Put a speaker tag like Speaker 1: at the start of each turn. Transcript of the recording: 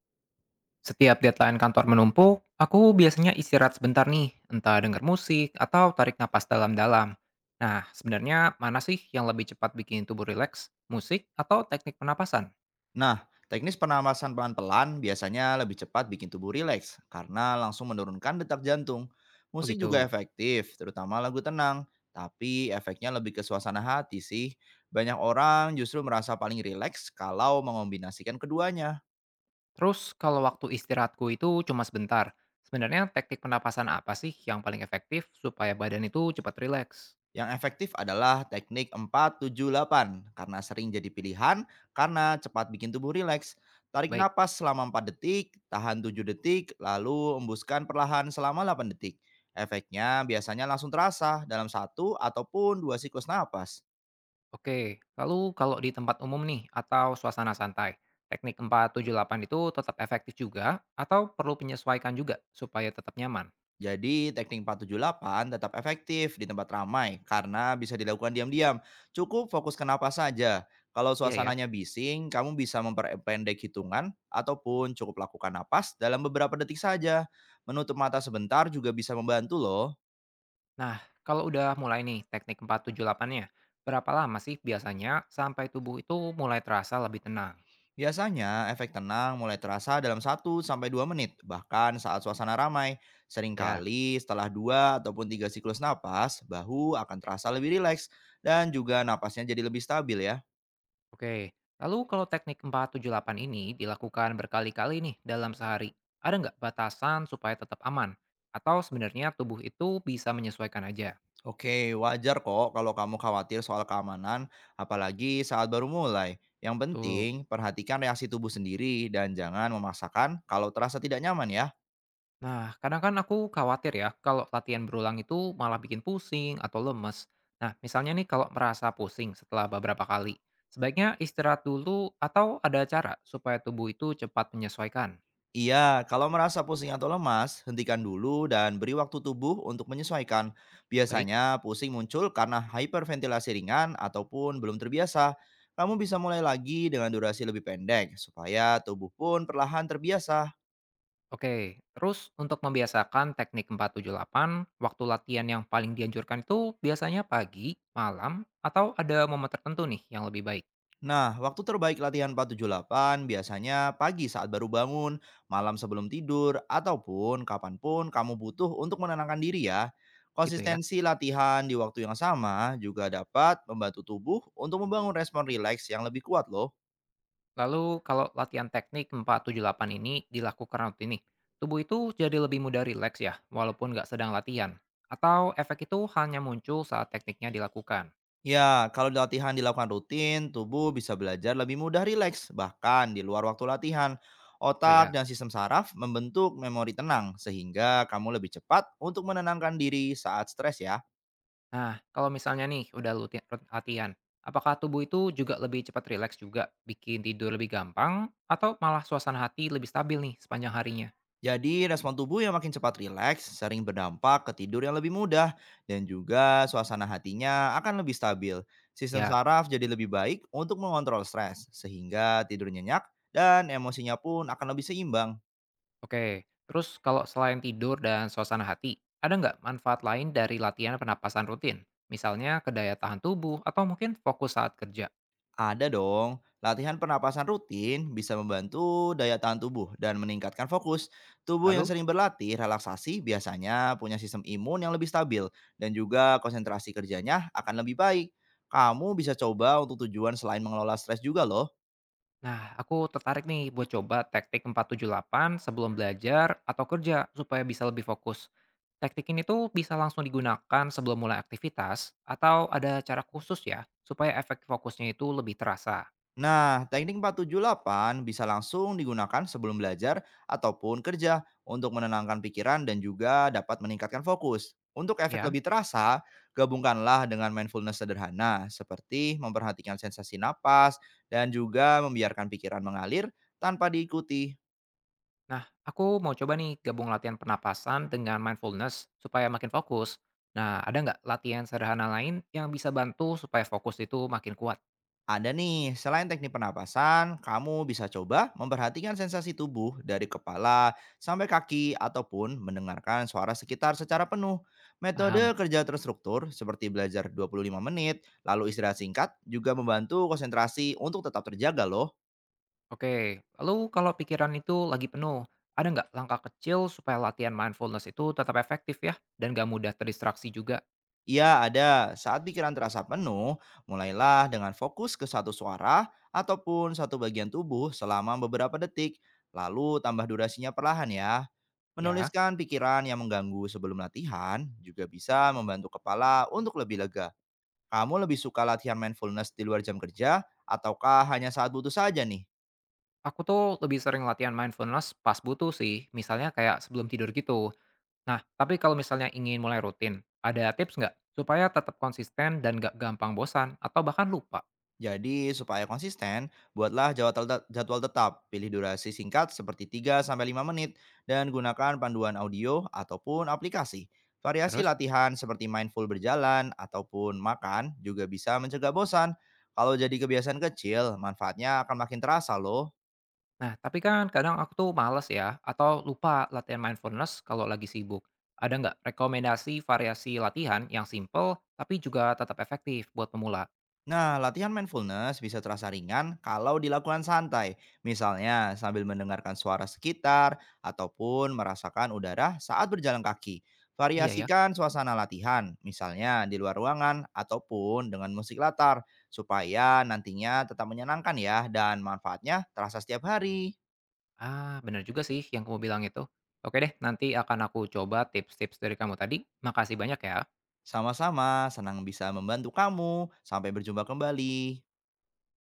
Speaker 1: Setiap deadline kantor menumpuk, aku biasanya istirahat sebentar nih, entah denger musik atau tarik napas dalam-dalam. Nah, sebenarnya mana sih yang lebih cepat bikin tubuh rileks? Musik atau teknik penapasan?
Speaker 2: Nah, teknis pernapasan pelan-pelan biasanya lebih cepat bikin tubuh rileks karena langsung menurunkan detak jantung.
Speaker 1: Oh
Speaker 2: Musik juga
Speaker 1: gitu.
Speaker 2: efektif, terutama lagu tenang, tapi efeknya lebih ke suasana hati sih. Banyak orang justru merasa paling rileks kalau mengombinasikan keduanya.
Speaker 1: Terus kalau waktu istirahatku itu cuma sebentar, sebenarnya teknik penapasan apa sih yang paling efektif supaya badan itu cepat rileks?
Speaker 2: Yang efektif adalah teknik 478 karena sering jadi pilihan karena cepat bikin tubuh rileks. Tarik
Speaker 1: Baik,
Speaker 2: napas selama 4 detik, tahan 7 detik, lalu embuskan perlahan selama 8 detik. Efeknya biasanya langsung terasa dalam satu ataupun dua siklus napas.
Speaker 1: oke. Lalu kalau di tempat umum nih atau suasana santai, teknik 478 itu tetap efektif juga atau perlu penyesuaikan juga supaya tetap nyaman?
Speaker 2: Jadi teknik 478 tetap efektif di tempat ramai karena bisa dilakukan diam-diam. Cukup fokus ke napas saja. Kalau
Speaker 1: Iya ya.
Speaker 2: suasananya bising, kamu bisa memperpendek hitungan ataupun cukup lakukan napas dalam beberapa detik saja. Menutup mata sebentar juga bisa membantu loh.
Speaker 1: Nah, kalau udah mulai nih teknik 478-nya, berapa lama sih biasanya sampai tubuh itu mulai terasa lebih tenang?
Speaker 2: Biasanya efek tenang mulai terasa dalam satu sampai 2 menit, bahkan saat suasana ramai.
Speaker 1: Ya,
Speaker 2: Seringkali setelah 2 ataupun 3 siklus napas, bahu akan terasa lebih rileks dan juga napasnya jadi lebih stabil ya.
Speaker 1: oke. Lalu kalau teknik 478 ini dilakukan berkali-kali nih dalam sehari, ada nggak batasan supaya tetap aman? Atau sebenarnya tubuh itu bisa menyesuaikan aja?
Speaker 2: Oke, wajar kok kalau kamu khawatir soal keamanan, apalagi saat baru mulai. Yang
Speaker 1: Betul.
Speaker 2: penting, perhatikan reaksi tubuh sendiri dan jangan memaksakan kalau terasa tidak nyaman ya.
Speaker 1: Nah, kadang kan aku khawatir ya kalau latihan berulang itu malah bikin pusing atau lemes. Nah, misalnya nih kalau merasa pusing setelah beberapa kali, sebaiknya istirahat dulu atau ada cara supaya tubuh itu cepat menyesuaikan.
Speaker 2: Iya, kalau merasa pusing atau lemas, hentikan dulu dan beri waktu tubuh untuk menyesuaikan.
Speaker 1: Baik,
Speaker 2: Biasanya pusing muncul karena hyperventilasi ringan ataupun belum terbiasa. Kamu bisa mulai lagi dengan durasi lebih pendek supaya tubuh pun perlahan terbiasa.
Speaker 1: oke. Terus untuk membiasakan teknik 478, waktu latihan yang paling dianjurkan itu biasanya pagi, malam, atau ada momen tertentu nih yang lebih baik
Speaker 2: Nah, waktu terbaik latihan 478 biasanya pagi saat baru bangun, malam sebelum tidur, ataupun kapanpun kamu butuh untuk menenangkan diri ya.
Speaker 1: gitu ya.
Speaker 2: Konsistensi latihan di waktu yang sama juga dapat membantu tubuh untuk membangun respon rileks yang lebih kuat loh.
Speaker 1: Lalu kalau latihan teknik 478 ini dilakukan rutin nih, tubuh itu jadi lebih mudah rileks ya, walaupun nggak sedang latihan. Atau efek itu hanya muncul saat tekniknya dilakukan.
Speaker 2: Ya, kalau latihan dilakukan rutin, tubuh bisa belajar lebih mudah rileks, bahkan di luar waktu latihan.
Speaker 1: Oh
Speaker 2: Otak
Speaker 1: ya,
Speaker 2: dan sistem saraf membentuk memori tenang, sehingga kamu lebih cepat untuk menenangkan diri saat stres ya.
Speaker 1: nah, kalau misalnya nih udah latihan, apakah tubuh itu juga lebih cepat rileks juga, bikin tidur lebih gampang, atau malah suasana hati lebih stabil nih sepanjang harinya?
Speaker 2: Jadi respon tubuh yang makin cepat rileks sering berdampak ke tidur yang lebih mudah dan juga suasana hatinya akan lebih stabil. Sistem
Speaker 1: Ya,
Speaker 2: saraf jadi lebih baik untuk mengontrol stres sehingga tidur nyenyak dan emosinya pun akan lebih seimbang.
Speaker 1: oke, terus kalau selain tidur dan suasana hati, ada nggak manfaat lain dari latihan pernapasan rutin? Misalnya ke daya tahan tubuh atau mungkin fokus saat kerja.
Speaker 2: Ada dong. Latihan pernapasan rutin bisa membantu daya tahan tubuh dan meningkatkan fokus. Tubuh yang
Speaker 1: Lalu,
Speaker 2: sering berlatih relaksasi biasanya punya sistem imun yang lebih stabil dan juga konsentrasi kerjanya akan lebih baik. Kamu bisa coba untuk tujuan selain mengelola stres juga loh.
Speaker 1: nah aku tertarik nih buat coba teknik 478 sebelum belajar atau kerja supaya bisa lebih fokus. Teknik ini tuh bisa langsung digunakan sebelum mulai aktivitas atau ada cara khusus ya supaya efek fokusnya itu lebih terasa,
Speaker 2: Nah, teknik 478 bisa langsung digunakan sebelum belajar ataupun kerja untuk menenangkan pikiran dan juga dapat meningkatkan fokus. Untuk efek
Speaker 1: ya?
Speaker 2: lebih terasa, gabungkanlah dengan mindfulness sederhana seperti memperhatikan sensasi napas dan juga membiarkan pikiran mengalir tanpa diikuti.
Speaker 1: Nah, aku mau coba nih gabung latihan pernapasan dengan mindfulness supaya makin fokus. Nah, ada nggak latihan sederhana lain yang bisa bantu supaya fokus itu makin kuat?
Speaker 2: Ada nih, selain teknik pernapasan, kamu bisa coba memperhatikan sensasi tubuh dari kepala sampai kaki ataupun mendengarkan suara sekitar secara penuh.
Speaker 1: Paham.
Speaker 2: Metode kerja terstruktur seperti belajar 25 menit, lalu istirahat singkat juga membantu konsentrasi untuk tetap terjaga loh.
Speaker 1: Oke, lalu kalau pikiran itu lagi penuh, ada nggak langkah kecil supaya latihan mindfulness itu tetap efektif ya dan nggak mudah terdistraksi juga?
Speaker 2: Iya, ada. Saat pikiran terasa penuh, mulailah dengan fokus ke satu suara ataupun satu bagian tubuh selama beberapa detik, lalu tambah durasinya perlahan ya.
Speaker 1: Ya,
Speaker 2: Menuliskan pikiran yang mengganggu sebelum latihan juga bisa membantu kepala untuk lebih lega. Kamu lebih suka latihan mindfulness di luar jam kerja ataukah hanya saat butuh saja nih?
Speaker 1: aku tuh lebih sering latihan mindfulness pas butuh sih, misalnya kayak sebelum tidur gitu. Nah, tapi kalau misalnya ingin mulai rutin, ada tips nggak supaya tetap konsisten dan nggak gampang bosan atau bahkan lupa?
Speaker 2: Jadi, supaya konsisten, buatlah jadwal, jadwal tetap. Pilih durasi singkat seperti 3 sampai 5 menit dan gunakan panduan audio ataupun aplikasi. Variasi
Speaker 1: Terus,
Speaker 2: latihan seperti mindful berjalan ataupun makan juga bisa mencegah bosan. Kalau jadi kebiasaan kecil, manfaatnya akan makin terasa loh.
Speaker 1: nah, tapi kan kadang aku tuh males ya atau lupa latihan mindfulness kalau lagi sibuk. Ada nggak rekomendasi variasi latihan yang simple tapi juga tetap efektif buat pemula?
Speaker 2: Nah, latihan mindfulness bisa terasa ringan kalau dilakukan santai, misalnya sambil mendengarkan suara sekitar ataupun merasakan udara saat berjalan kaki.
Speaker 1: Iya ya.
Speaker 2: Variasikan suasana latihan, misalnya di luar ruangan ataupun dengan musik latar, supaya nantinya tetap menyenangkan ya dan manfaatnya terasa setiap hari.
Speaker 1: Ah, bener juga sih yang kamu bilang itu. Oke deh, nanti akan aku coba tips-tips dari kamu tadi. Makasih banyak ya.
Speaker 2: Sama-sama, senang bisa membantu kamu. Sampai berjumpa kembali.